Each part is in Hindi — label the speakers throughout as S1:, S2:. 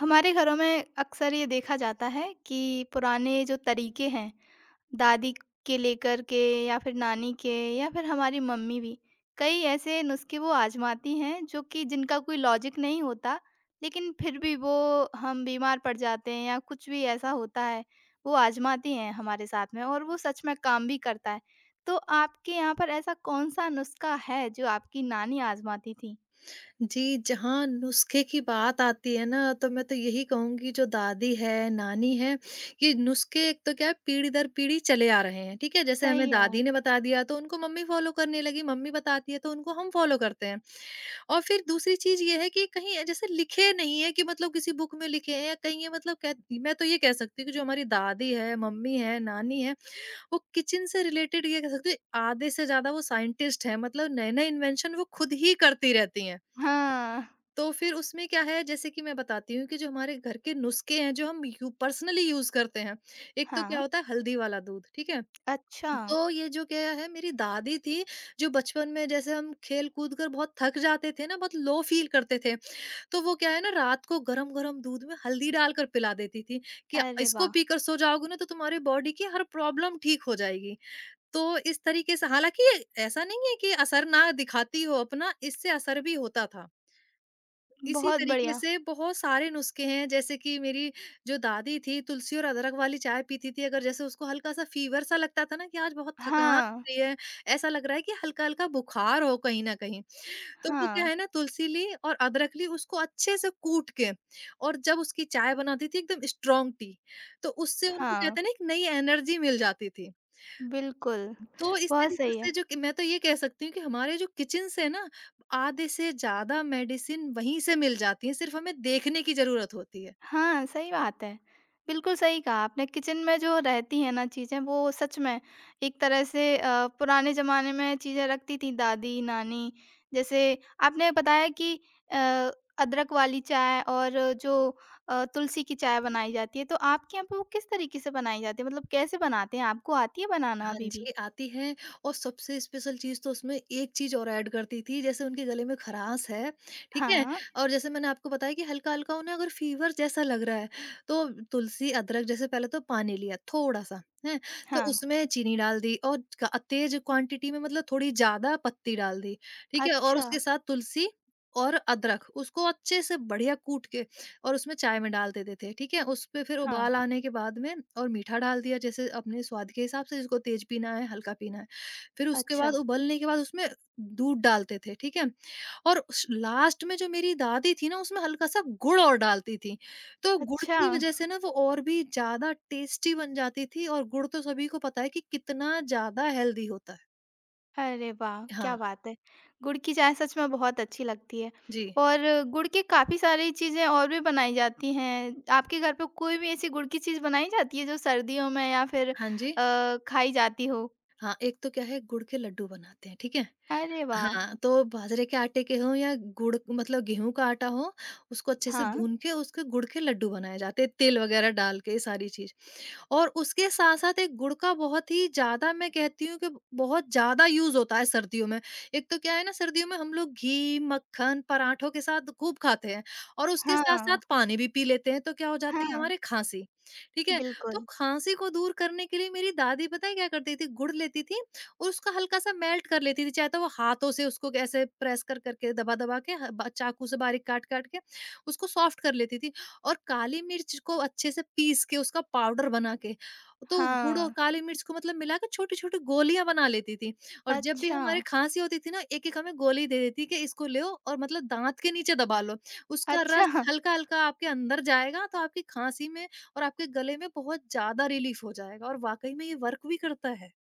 S1: हमारे घरों में अक्सर ये देखा जाता है कि पुराने जो तरीके हैं दादी के लेकर के या फिर नानी के या फिर हमारी मम्मी भी कई ऐसे नुस्खे वो आजमाती हैं जो कि जिनका कोई लॉजिक नहीं होता। लेकिन फिर भी वो हम बीमार पड़ जाते हैं या कुछ भी ऐसा होता है वो आजमाती हैं हमारे साथ में और वो सच में काम भी करता है। तो आपके यहाँ पर ऐसा कौन सा नुस्खा है जो आपकी नानी आजमाती थी?
S2: जी, जहाँ नुस्खे की बात आती है ना, तो मैं तो यही कहूँगी जो दादी है, नानी है, ये नुस्खे एक तो क्या है, पीढ़ी दर पीढ़ी चले आ रहे हैं, ठीक है? जैसे
S1: सही
S2: हमें
S1: है।
S2: दादी ने बता दिया तो उनको मम्मी फ़ॉलो करने लगी, मम्मी बताती है तो उनको हम फ़ॉलो करते हैं। और फिर दूसरी चीज़ ये है कि कहीं जैसे लिखे नहीं है कि मतलब किसी बुक में लिखे हैं, या कहीं ये मतलब कह मैं तो ये कह सकती हूँ कि जो हमारी दादी है, मम्मी है, नानी है, वो किचन से रिलेटेड, ये कह सकती हूँ आधे से ज़्यादा वो साइंटिस्ट हैं, मतलब नए-नए इन्वेंशन वो खुद ही करती रहती हैं।
S1: हाँ,
S2: तो फिर उसमें क्या है, जैसे कि मैं बताती हूँ कि जो हमारे घर के नुस्खे हैं जो हम यू पर्सनली यूज करते हैं। एक तो क्या
S1: हाँ,
S2: होता है हल्दी वाला दूध, ठीक है?
S1: अच्छा।
S2: तो ये जो क्या है, मेरी दादी थी, जो बचपन में जैसे हम खेल-कूद कर बहुत थक जाते थे ना, बहुत लो फील करते थे, तो वो क्या है ना, रात को गरम-गरम दूध में हल्दी डालकर पिला देती थी कि
S1: अरे
S2: इसको
S1: वाह!
S2: पीकर सो जाओगे ना तो तुम्हारी बॉडी की हर प्रॉब्लम ठीक हो जाएगी। तो इस तरीके से, हालाँकि ये ऐसा नहीं है कि असर ना दिखाती हो अपना, इससे असर भी होता था। इसी
S1: बहुत
S2: तरीके
S1: बढ़िया।
S2: से बहुत सारे नुस्खे हैं, जैसे कि मेरी जो दादी थी तुलसी और अदरक वाली चाय पीती थी, अगर जैसे उसको हल्का सा फीवर सा लगता था ना, कि आज बहुत थकान हो
S1: हाँ,
S2: रही है, ऐसा लग रहा है कि हल्का हल्का बुखार हो कहीं ना कहीं, तो वो क्या
S1: हाँ,
S2: है ना, तुलसी ली और अदरक ली, उसको अच्छे से कूट के, और जब उसकी चाय बनाती थी एकदम स्ट्रांग टी, तो उससे उनको
S1: हाँ,
S2: कहते हैं ना, एक नई एनर्जी मिल जाती थी।
S1: बिल्कुल,
S2: तो इस
S1: बहुत
S2: तरीके
S1: सही
S2: से
S1: है।
S2: जो कि मैं तो ये कह सकती हूँ कि हमारे जो किचन्स है ना, आधे से ज्यादा मेडिसिन वहीं से मिल जाती है, सिर्फ हमें देखने की जरूरत होती है।
S1: हाँ, सही बात है। बिल्कुल सही कहा आपने, किचन में जो रहती हैं ना चीज़ें वो सच में एक तरह से पुराने ज़माने में चीज़ें रखती थीं दादी, नानी। जैसे आपने बताया कि अ, अदरक वाली चाय और जो तुलसी की चाय बनाई जाती है, तो आपके यहाँ पे वो किस तरीके से बनाई जाती है? मतलब कैसे बनाते हैं? आपको आती है बनाना
S2: हाँ
S1: अभी भी?
S2: जी, आती है। और सबसे स्पेशल चीज़ तो उसमें एक चीज़ और ऐड करती थी, जैसे उनके गले में खराश है, ठीक है?
S1: हाँ,
S2: और जैसे मैंने आपको बताया कि हल्का-हल्का उन्हें अगर फ़ीवर जैसा लग रहा है, तो तुलसी, अदरक, जैसे पहले तो पानी लिया थोड़ा-सा, हैं? तो
S1: हाँ,
S2: उसमें चीनी डाल दी, और क तेज़ क्वांटिटी में मतलब थोड़ी ज़्यादा पत्ती डाल दी, ठीक है? और
S1: अच्छा।
S2: उसके साथ तुलसी और अदरक, उसको अच्छे से बढ़िया कूट के और उसमें चाय में डाल देते थे, ठीक है? उसपे फिर
S1: हाँ,
S2: उबाल आने के बाद में और मीठा डाल दिया, जैसे अपने स्वाद के हिसाब से, जिसको तेज़ पीना है, हल्का पीना है। फिर उसके
S1: अच्छा,
S2: बाद उबलने के बाद उसमें दूध डालते थे, ठीक है? और श लास्ट में जो मेरी दादी थी ना, उसमें हल्का-सा गुड़ और डालती थी। तो गुड़
S1: अच्छा।
S2: की वज़ह से ना वो और भी ज़्यादा टेस्टी बन जाती थी, और गुड़ तो सभी को पता है कि कितना ज़्यादा हेल्दी होता है।
S1: अरे वाह! क्या
S2: हाँ,
S1: बात है। गुड़ की चाय सच में बहुत अच्छी लगती है
S2: जी।
S1: और गुड़ के काफ़ी सारी चीज़ें और भी बनाई जाती हैं। आपके घर पे कोई भी ऐसी गुड़ की चीज़ बनाई जाती है जो सर्दियों में या फिर
S2: हाँ जी।
S1: खाई जाती हो?
S2: हाँ, एक तो क्या है, गुड़ के लड्डू बनाते हैं, ठीक है?
S1: अरे वाह!
S2: हाँ, तो बाजरे के आटे के हों या गुड़ मतलब गेहूँ का आटा हो, उसको अच्छे से
S1: हाँ,
S2: भून के उसके गुड़ के लड्डू बनाए जाते हैं, तेल वगैरह डाल के ये सारी चीज़। और उसके साथ-साथ एक गुड़ का बहुत ही ज़्यादा, मैं कहती हूँ कि बहुत ज़्यादा यूज़ होता है सर्दियों में। एक तो क्या है ना, सर्दियों में हम लोग घी, मक्खन, पराठों के साथ खूब खाते हैं और उसके
S1: हाँ,
S2: साथ-साथ पानी भी पी लेते हैं, तो क्या हो जाती है
S1: हाँ,
S2: हमारे खाँसी, ठीक है? तो
S1: बिल्कुल।
S2: खाँसी को दूर करने के लिए मेरी दादी पता है क्या करती थी? गुड़ लेती थी और उसका हल्का-सा मेल्ट कर लेती थी, चाहे तो वो हाथों से उसको ऐसे प्रेस कर-कर के, दबा-दबा के, ह ब चाकू से बारीक काट-काट के उसको सॉफ्ट कर लेती थी। और काली मिर्च को अच्छे से पीस के उसका पाउडर बना के, तो गुड़ और
S1: हाँ,
S2: काली मिर्च को मतलब मिला के छोटी-छोटी गोलियाँ बना लेती थी। और जब भी
S1: अच्छा,
S2: हमारे खाँसी होती थी ना, एक-एक हमें गोली दे देती कि इसको लो और मतलब दाँत के नीचे दबा लो। उसका
S1: अच्छा।
S2: रस हल्का-हल्का आपके अंदर जाएगा, तो आपकी खाँसी में और आपके गले में बहुत ज़्यादा रिलीफ़ हो जाएगा, और वाक़ई में ये वर्क भी करता है।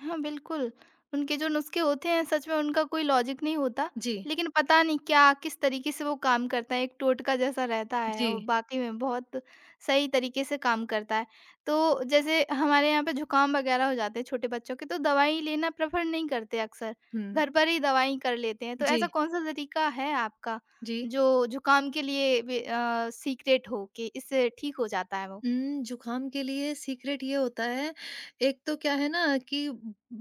S1: हाँ, बिल्कुल। उनके जो नुस्खे होते हैं सच में उनका कोई लॉजिक नहीं होता।
S2: जी,
S1: लेकिन पता नहीं क्या किस तरीके से वो काम करता है, एक टोटका जैसा रहता है
S2: जी।
S1: और वाक़ई में बहुत सही तरीके से काम करता है। तो जैसे हमारे यहाँ पे ज़ुकाम वग़ैरह हो जाते हैं छोटे बच्चों के तो दवाई लेना प्रेफ़र नहीं करते अक्सर,
S2: हुँ।
S1: घर पर ही दवाई कर लेते हैं। तो
S2: जी,
S1: ऐसा कौन-सा तरीका है आपका
S2: जी।
S1: जो ज़ुकाम के लिए वे सीक्रेट हो कि इससे ठीक हो जाता है वो?
S2: ज़ुकाम के लिए सीक्रेट ये होता है, एक तो क्या है ना कि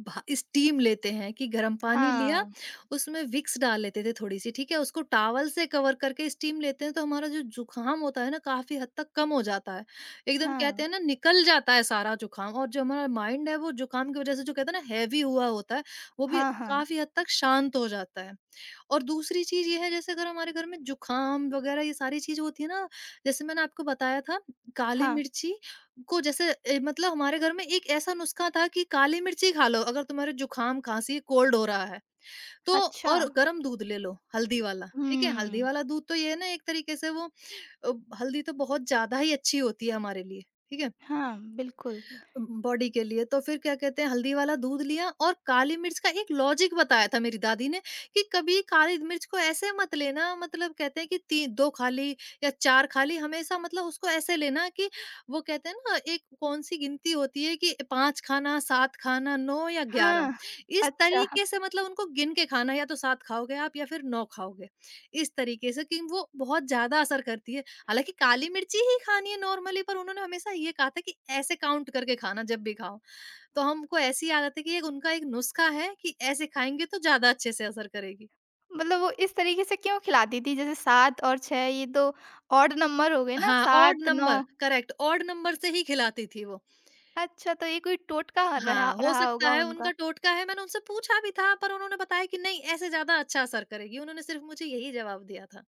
S2: भा स्टीम लेते हैं, कि गरम पानी लिया,
S1: हाँ।
S2: उसमें विक्स डाल लेते थे थोड़ी-सी, ठीक है? उसको टॉवल से कवर करके स्टीम लेते हैं, तो हमारा जो ज़ुकाम होता है ना, काफ़ी हद तक कम हो जाता है। एकदम
S1: हाँ।
S2: कहते हैं ना, निकल जाता है सारा ज़ुकाम, और जो हमारा माइंड है, वो ज़ुकाम की वजह से जो कहते हैं ना हैवी हुआ होता है, वो भी
S1: हाँ, हाँ।
S2: काफ़ी हद तक शांत हो जाता है। और दूसरी चीज़ ये है, जैसे अगर हमारे घर में ज़ुकाम वगैरह ये सारी चीज़ होती है ना, जैसे मैंने आपको बताया था काली
S1: हाँ।
S2: मिर्ची को, जैसे मतलब हमारे घर में एक ऐसा नुस्खा था कि काली मिर्ची खा लो, अगर तुम्हारे जुकाम, खांसी, कोल्ड हो रहा है, तो
S1: अच्छा।
S2: और गर्म दूध ले लो हल्दी वाला, ठीक है, हल्दी
S1: हुँ।
S2: वाला दूध। तो ये है ना, एक तरीके से वो अ, हल्दी तो बहुत ज्यादा ही अच्छी होती है हमारे लिए, ठीक है,
S1: हाँ, बिल्कुल।
S2: बॉडी के लिए। तो फिर क्या कहते हैं, हल्दी वाला दूध लिया और काली मिर्च का एक लॉजिक बताया था मेरी दादी ने, कि कभी काली मिर्च को ऐसे मत लेना, मतलब कहते हैं कि तीन दो खा ली, या चार खा ली, हमेशा मतलब उसको ऐसे लेना कि वो कहते हैं ना, एक कौन सी गिनती होती है कि पांच खाना, सात खाना, नौ या 11,
S1: हाँ,
S2: इस
S1: अच्छा,
S2: तरीके से, मतलब उनको गिन के खाना, या तो सात खाओगे आप या फिर नौ खाओगे, इस तरीके से कि वो बहुत ज्यादा असर करती है। हालाँकि काली मिर्ची ही खानी है नॉर्मली, पर उन्होंने हमेशा ये कहा था कि ऐसे काउंट करके खाना जब भी खाओ। तो हमको ऐसी आदत है कि एक उनका एक नुस्खा है कि ऐसे खाएँगे तो ज़्यादा अच्छे से असर करेगी।
S1: मतलब वो इस तरीके से क्यों खिलाती थी? जैसे 7 और 6 ये तो ऑड नंबर हो गए ना,
S2: हाँ, odd
S1: 7, 9।
S2: Number, correct, odd number से ही खिलाती थी वो।
S1: अच्छा, तो ये कोई टोटका रहा
S2: हाँ, हो
S1: रहा
S2: सकता
S1: होगा
S2: है
S1: उनका।
S2: उनका टोटका है, मैंने उनसे पूछा भी था पर उन्होंने बताया कि नहीं, ऐसे ज़्यादा अच्छा असर करेगी। उन्होंने सिर्फ़ मुझे यही जवाब दिया था।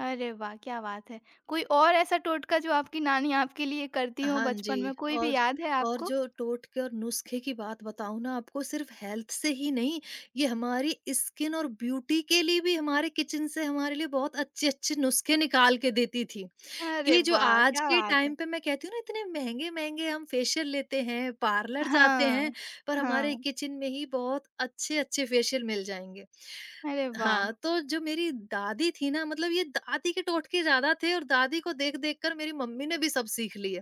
S1: अरे वाह! क्या बात है। कोई और ऐसा टोटका जो आपकी नानी आपके लिए करती हो
S2: हाँ
S1: बचपन
S2: जी,
S1: में कोई भी
S2: और
S1: याद है
S2: और
S1: आपको?
S2: जो टोटके और नुस्खे की बात बताऊँ ना आपको, सिर्फ़ हेल्थ से ही नहीं, ये हमारी स्किन और ब्यूटी के लिए भी हमारे किचन से हमारे लिए बहुत अच्छे-अच्छे नुस्खे निकाल के देती थी।
S1: अरे
S2: कि जो
S1: वाह!
S2: आज
S1: क्या
S2: के
S1: बात है।
S2: टाइम पे, मैं कहती हूँ ना, इतने महँगे-महँगे हम फेशियल लेते हैं, पार्लर जाते हैं,
S1: हाँ,
S2: पर हमारे
S1: हाँ।
S2: किचन में ही बहुत अच्छे-अच्छे फेशियल मिल जाएँगे।
S1: अरे वाह!
S2: हाँ, तो जो मेरी दादी थी ना, मतलब ये दादी के टोटके ज़्यादा थे, और दादी को देख-देख कर मेरी मम्मी ने भी सब सीख लिए,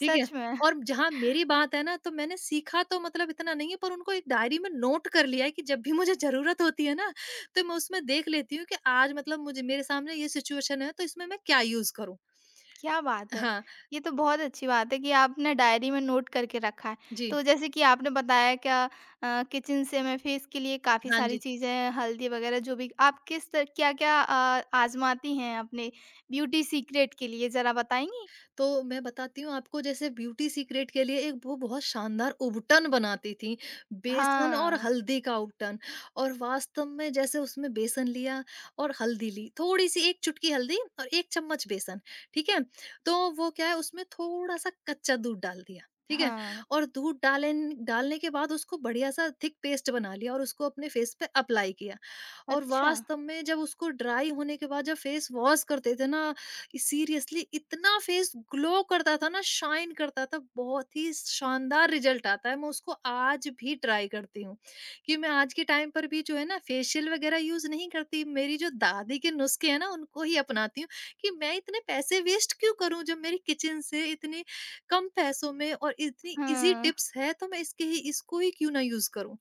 S2: ठीक है?
S1: सच में।
S2: और जहाँ मेरी बात है ना, तो मैंने सीखा तो मतलब इतना नहीं है, पर उनको एक डायरी में नोट कर लिया है कि जब भी मुझे ज़रूरत होती है ना, तो मैं उसमें देख लेती हूँ कि आज मतलब मुझे मेरे सामने ये सिचुएशन है, तो इसमें मैं क्या यूज़ करूँ?
S1: क्या बात है!
S2: हाँ,
S1: ये तो बहुत अच्छी बात है कि आपने डायरी में नोट करके रखा है।
S2: जी।
S1: तो जैसे कि आपने बताया, क्या किचन से मैं फेस के लिए काफ़ी
S2: हाँ
S1: सारी
S2: जी,
S1: चीज़ें, हल्दी वगैरह जो भी आप किस त क्या-क्या आज़माती हैं अपने ब्यूटी सीक्रेट के लिए ज़रा बताएँगी?
S2: तो मैं बताती हूँ आपको, जैसे ब्यूटी सीक्रेट के लिए एक वो बहुत शानदार उबटन बनाती थीं, बेसन और
S1: हाँ,
S2: हल्दी का उबटन। और वास्तव में जैसे उसमें बेसन लिया और हल्दी ली, थोड़ी-सी 1 चुटकी हल्दी और 1 चम्मच बेसन, ठीक है? तो वो क्या है, उसमें थोड़ा-सा कच्चा दूध डाल दिया, ठीक है?
S1: हाँ।
S2: और दूध डालेन डालने के बाद उसको बढ़िया-सा थिक पेस्ट बना लिया और उसको अपने फेस पे अप्लाई किया। और
S1: अच्छा,
S2: वास्तव में, जब उसको ड्राई होने के बाद जब फेस वॉश करते थे ना, सीरियसली इतना फेस ग्लो करता था ना, शाइन करता था, बहुत ही शानदार रिजल्ट आता है। मैं उसको आज भी ट्राई करती हूँ, कि मैं आज के टाइम पर भी जो है ना, फेशियल वगैरह यूज नहीं करती, मेरी जो दादी के नुस्खे हैं ना उनको ही अपनाती हूँ। कि मैं इतने पैसे वेस्ट क्यों करूँ, जब मेरी किचन से इतने कम पैसों में और इतनी इजी
S1: हाँ।
S2: टिप्स है, तो मैं इसके ही इसको ही क्यों ना यूज करूँ?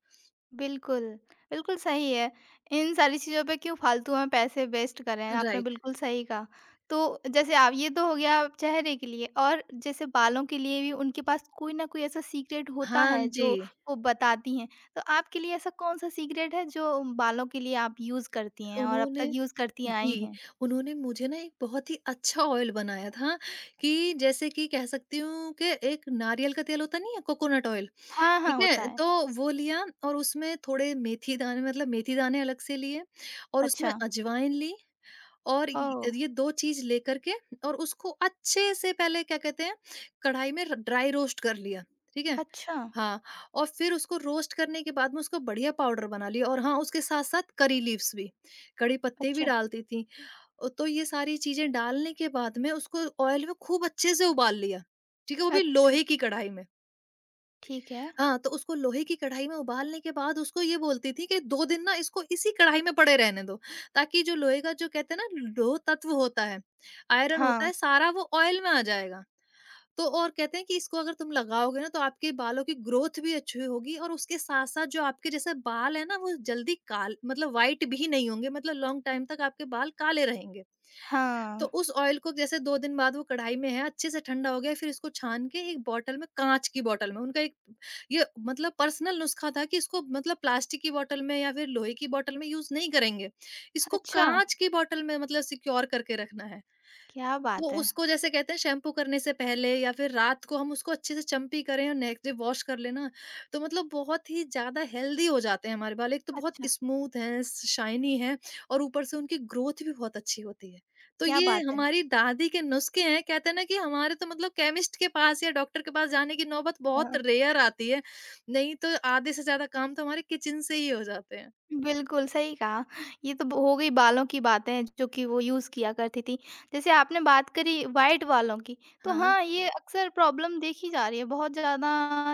S1: बिल्कुल, बिल्कुल सही है। इन सारी चीज़ों पे क्यों फ़ालतू में पैसे वेस्ट करें, आपने
S2: राइट।
S1: बिल्कुल सही कहा। तो जैसे आप, ये तो हो गया चेहरे के लिए, और जैसे बालों के लिए भी उनके पास कोई न कोई ऐसा सीक्रेट होता
S2: हाँ
S1: है
S2: जी।
S1: जो वो बताती हैं। तो आपके लिए ऐसा कौन-सा सीक्रेट है जो बालों के लिए आप यूज़ करती हैं और अब तक
S2: उन्होंने
S1: यूज़ करती आई
S2: जी,
S1: हैं?
S2: उन्होंने मुझे ना एक बहुत ही अच्छा ऑयल बनाया था, कि जैसे कि कह सकती हूँ कि एक नारियल का तेल होता नहीं है, कोकोनट ऑयल,
S1: हाँ, हाँ,
S2: ठीक
S1: होता
S2: है?
S1: है।
S2: तो वो लिया, और उसमें थोड़े मेथी दाने, मतलब मेथी दाने अलग से लिए, और उसमें
S1: अच्छा।
S2: अजवाइन ली, और
S1: ओह!
S2: ये 2 चीज़ लेकर के, और उसको अच्छे से पहले क्या कहते हैं, कढ़ाई में र ड्राई रोस्ट कर लिया, ठीक है?
S1: अच्छा,
S2: हाँ, और फिर उसको रोस्ट करने के बाद में उसको बढ़िया पाउडर बना लिया। और हाँ, उसके साथ-साथ करी लीव्स भी, कड़ी पत्ते भी
S1: अच्छा,
S2: डालती थी। तो ये सारी चीज़ें डालने के बाद में उसको ऑयल में खूब अच्छे से उबाल लिया, ठीक है? वो भी
S1: अच्छा।
S2: लोहे की कढ़ाई में।
S1: ठीक है।
S2: हाँ, तो उसको लोहे की कढ़ाई में उबालने के बाद उसको ये बोलती थी कि 2 दिन ना इसको इसी कढ़ाई में पड़े रहने दो, ताकि जो लोहे का जो कहते हैं ना लोह तत्व होता है, आयरन
S1: हाँ,
S2: होता है सारा वो ऑयल में आ जाएगा। तो और कहते हैं कि इसको अगर तुम लगाओगे ना तो आपके बालों की ग्रोथ भी अच्छी होगी, और उसके साथ-साथ जो आपके जैसे बाल है ना वो जल्दी काल मतलब व्हाइट भी नहीं होंगे, मतलब लॉन्ग टाइम तक आपके बाल काले रहेंगे। तो
S1: हाँ।
S2: उस ऑयल को जैसे 2 दिन बाद वो कढ़ाई में है, अच्छे से ठंडा हो गया, फिर इसको छान के एक बॉटल में काँच की बॉटल में उनका एक ये मतलब पर्सनल नुस्खा था कि इसको मतलब प्लास्टिक की बॉटल में या फिर लोहे की बॉटल में यूज़ नहीं करेंगे। इसको
S1: अच्छा,
S2: काँच की बॉटल में मतलब सिक्योर करके रखना है।
S1: क्या
S2: तो
S1: बात है!
S2: उसको जैसे कहते हैं शैम्पू करने से पहले या फिर रात को हम उसको अच्छे से चंपी करें और नेक्स्ट डे वॉश कर लेना, तो मतलब बहुत ही ज्यादा हेल्दी हो जाते हैं हमारे बाल। एक तो बहुत
S1: अच्छा।
S2: स्मूथ हैं, शाइनी हैं और ऊपर से उनकी ग्रोथ भी बहुत अच्छी होती है। तो
S1: क्या
S2: ये
S1: बात है!
S2: हमारी दादी के नुस्खे हैं। कहते हैं ना कि हमारे तो मतलब केमिस्ट के पास या डॉक्टर के पास जाने की नौबत बहुत
S1: हाँ,
S2: रेयर आती है, नहीं तो आधे से ज्यादा काम तो हमारे किचन से ही हो जाते हैं।
S1: बिल्कुल सही कहा। ये तो ब हो गई बालों की बातें जो कि वो यूज़ किया करती थी। जैसे आपने बात करी व्हाइट बालों की, तो
S2: हाँ।
S1: हाँ, ये अक्सर प्रॉब्लम देखी जा रही है। बहुत ज़्यादा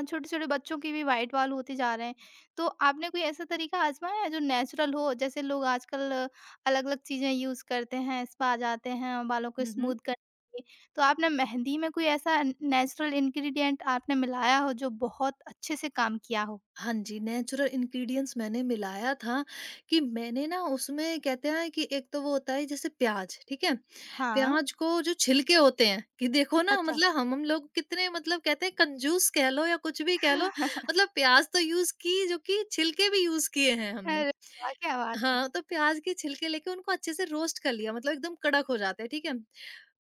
S1: छोटे-छोटे बच्चों के भी व्हाइट बाल होते जा रहे हैं। तो आपने कोई ऐसा तरीका आज़माया है जो नेचुरल हो? जैसे लोग आजकल अलग-अलग चीज़ें यूज़ करते हैं, स्पा जाते हैं बालों को स्मूथ
S2: हम्म।
S1: करने के लिए। तो आपने मेहंदी में कोई ऐसा नेचुरल इंग्रीडिएंट आपने मिलाया हो जो बहुत अच्छे से काम किया हो?
S2: हाँ जी, नेचुरल इंग्रीडिएंट्स मैंने मिलाया था कि मैंने ना उसमें कहते हैं कि एक तो वो होता है जैसे प्याज़, ठीक है?
S1: हाँ।
S2: प्याज़ को जो छिलके होते हैं कि देखो ना,
S1: अच्छा।
S2: मतलब हम लोग कितने मतलब कहते हैं कंजूस कह लो या कुछ भी कह लो, मतलब प्याज़ तो यूज़ की, जो कि छिलके भी यूज़ किए हैं हमने।
S1: अरे वाह! क्या बात है।
S2: हाँ, तो प्याज़ के छिलके लेके उनको अच्छे से रोस्ट कर लिया, मतलब एकदम कड़क हो जाते हैं, ठीक है?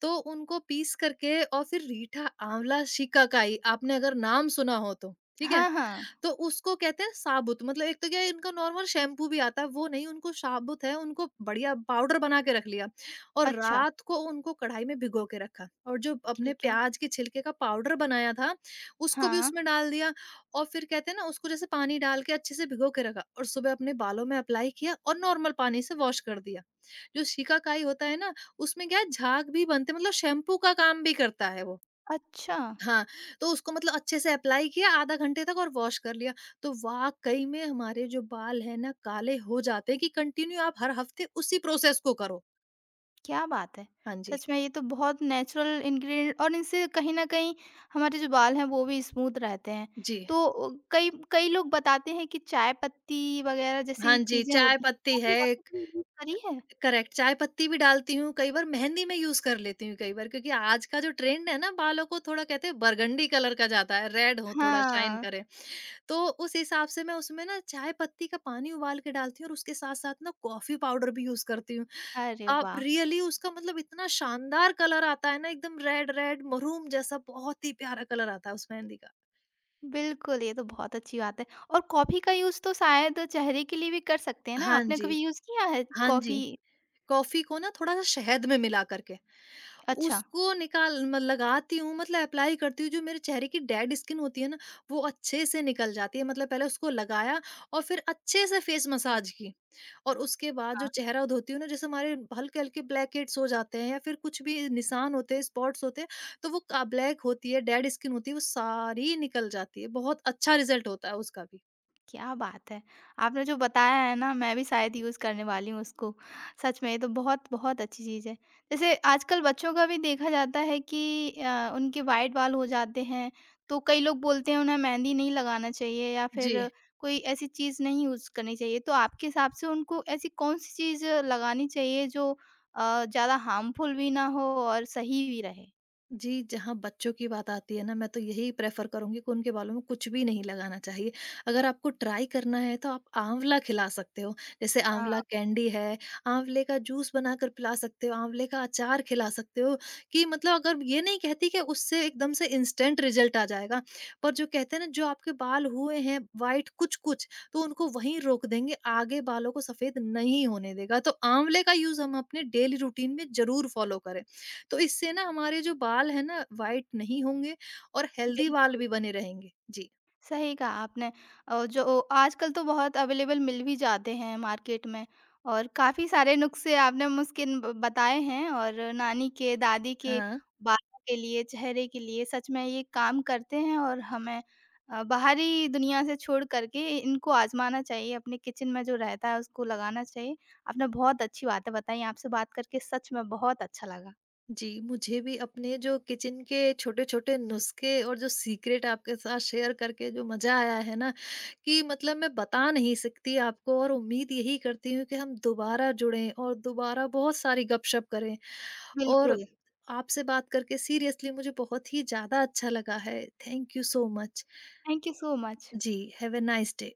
S2: तो उनको पीस करके और फिर रीठा, आँवला, शिकाकाई आपने अगर नाम सुना हो तो, ठीक है?
S1: हाँ, हाँ।
S2: तो उसको कहते हैं साबुत, मतलब एक तो क्या है इनका नॉर्मल शैम्पू भी आता है, वो नहीं, उनको साबुत है, उनको बढ़िया पाउडर बना के रख लिया और
S1: अच्छा।
S2: रात को उनको कढ़ाई में भिगो के रखा, और जो अपने
S1: ठीक है।
S2: प्याज के छिलके का पाउडर बनाया था उसको भी
S1: हाँ।
S2: उसमें डाल दिया। और फिर कहते हैं ना उसको जैसे पानी डाल के अच्छे से भिगो के रखा और सुबह अपने बालों में अप्लाई किया और नॉर्मल पानी से वॉश कर दिया। जो शिकाकाई होता है ना उसमें क्या है झाग भी बनते, मतलब शैम्पू का काम भी करता है वो।
S1: अच्छा,
S2: हाँ, तो उसको मतलब अच्छे से अप्लाई किया आधा घंटे तक और वॉश कर लिया। तो वाक़ई में हमारे जो बाल हैं ना काले हो जाते हैं, कि कंटिन्यू आप हर हफ़्ते उसी प्रोसेस को करो।
S1: क्या बात है!
S2: हाँ जी।
S1: सच में ये तो बहुत नेचुरल इंग्रीडिएंट और इनसे कहीं न कहीं हमारे जो बाल हैं वो भी स्मूथ रहते हैं।
S2: जी।
S1: तो कई कई लोग बताते हैं कि चाय पत्ती वग़ैरह जैसी
S2: हाँ जी,
S1: चीज़ें
S2: चाय
S1: होती हैं, वो
S2: पत्ती
S1: भी
S2: है।
S1: आपने कभी यूज़ करी है?
S2: करेक्ट, चाय पत्ती भी डालती हूँ, कई बार मेहंदी में यूज़ कर लेती हूँ कई बार, क्योंकि आज का जो ट्रेंड है ना बालों को थोड़ा कहते हैं बरगंडी कलर का जाता है, रेड हो, थोड़ा शाइन
S1: हाँ।
S2: करे। तो उस हिसाब से मैं उसमें ना चाय पत्ती का पानी उबाल के डालती हूँ और उसके साथ-साथ ना कॉफ़ी पाउडर भी यूज़ करती हूँ।
S1: अरे
S2: आप
S1: वाह!
S2: रियली उसका मतलब इतना शानदार कलर आता है ना, एकदम रेड रेड महरूम जैसा बहुत ही प्यारा कलर आता है उस मेहंदी का।
S1: बिल्कुल, ये तो बहुत अच्छी बात है। और कॉफ़ी का यूज़ तो शायद चेहरे के लिए भी कर सकते हैं ना,
S2: हाँ
S1: आपने
S2: जी,
S1: कभी यूज़ किया है
S2: हाँ जी।
S1: कॉफ़ी?
S2: कॉफ़ी को ना थोड़ा-सा शहद में मिला करके
S1: अच्छा।
S2: उसको निकाल म लगाती हूँ, मतलब अप्लाई करती हूँ, जो मेरे चेहरे की डेड स्किन होती है ना, वो अच्छे से निकल जाती है। मतलब पहले उसको लगाया और फिर अच्छे से फेस मसाज की और उसके बाद जो
S1: हाँ,
S2: चेहरा धोती हूँ ना, जैसे हमारे हल्के-हल्के ब्लैक हेड्स हो जाते हैं या फिर कुछ भी निशान होते हैं, स्पॉट्स होते हैं, तो वो का ब्लैक होती है, डेड स्किन होती है, वो सारी निकल जाती है। बहुत अच्छा रिज़ल्ट होता है उसका भी।
S1: क्या बात है! आपने जो बताया है ना मैं भी शायद यूज़ करने वाली हूँ उसको। सच में ये तो बहुत-बहुत अच्छी चीज़ है। जैसे आजकल बच्चों का भी देखा जाता है कि उनके व्हाइट बाल हो जाते हैं, तो कई लोग बोलते हैं उन्हें मेहंदी नहीं लगाना चाहिए या
S2: जी।
S1: फिर कोई ऐसी चीज़ नहीं यूज़ करनी चाहिए। तो आपके हिसाब से उनको ऐसी कौन-सी चीज़ लगानी चाहिए जो ज़्यादा हार्मफुल भी ना हो और सही भी रहे?
S2: जी, जहाँ बच्चों की बात आती है ना, मैं तो यही प्रेफ़र करूँगी कि उनके बालों में कुछ भी नहीं लगाना चाहिए। अगर आपको ट्राई करना है तो आप आँवला खिला सकते हो। जैसे आँवला
S1: हाँ।
S2: कैंडी है, आँवले का जूस बनाकर पिला सकते हो, आँवले का अचार खिला सकते हो कि मतलब अगर, ये नहीं कहती कि उससे एकदम से इंस्टेंट रिज़ल्ट आ जाएगा। पर जो कहते हैं ना, जो आपके बाल हुए हैं व्हाइट कुछ-कुछ, तो उनको वहीं रोक देंगे, आगे बालों को सफ़ेद नहीं होने देगा। तो आँवले का यूज़ हम अपने डेली रूटीन में ज़रूर फ़ॉलो करें। तो इससे ना हमारे जो बाल है ना वाइट नहीं होंगे और हेल्दी बाल
S1: बिल्कुल।
S2: भी बने रहेंगे। जी।
S1: सही कहा आपने। जो आजकल तो बहुत अवेलेबल मिल भी जाते हैं मार्केट में और काफ़ी सारे नुस्खे आपने मुस्किन ब बताए हैं, और नानी के, दादी के,
S2: हाँ।
S1: बालों के लिए, चेहरे के लिए सच में ये काम करते हैं, और हमें बाहरी दुनिया से छोड़ कर के इनको आज़माना चाहिए, अपने किचन में जो रहता है उसको लगाना चाहिए। आपने बहुत अच्छी बातें बताई, आपसे बात करके सच में बहुत अच्छा लगा।
S2: जी, मुझे भी अपने जो किचन के छोटे-छोटे नुस्खे और जो सीक्रेट आपके साथ शेयर करके जो मज़ा आया है ना, कि मतलब मैं बता नहीं सकती आपको, और उम्मीद यही करती हूँ कि हम दोबारा जुड़ें और दोबारा बहुत सारी गपशप करें। और
S1: बिल्कुल।
S2: आपसे बात करके सीरियसली मुझे बहुत ही ज़्यादा अच्छा लगा है। Thank you so much.
S1: Thank you so much.
S2: जी, हैव अ नाइस डे।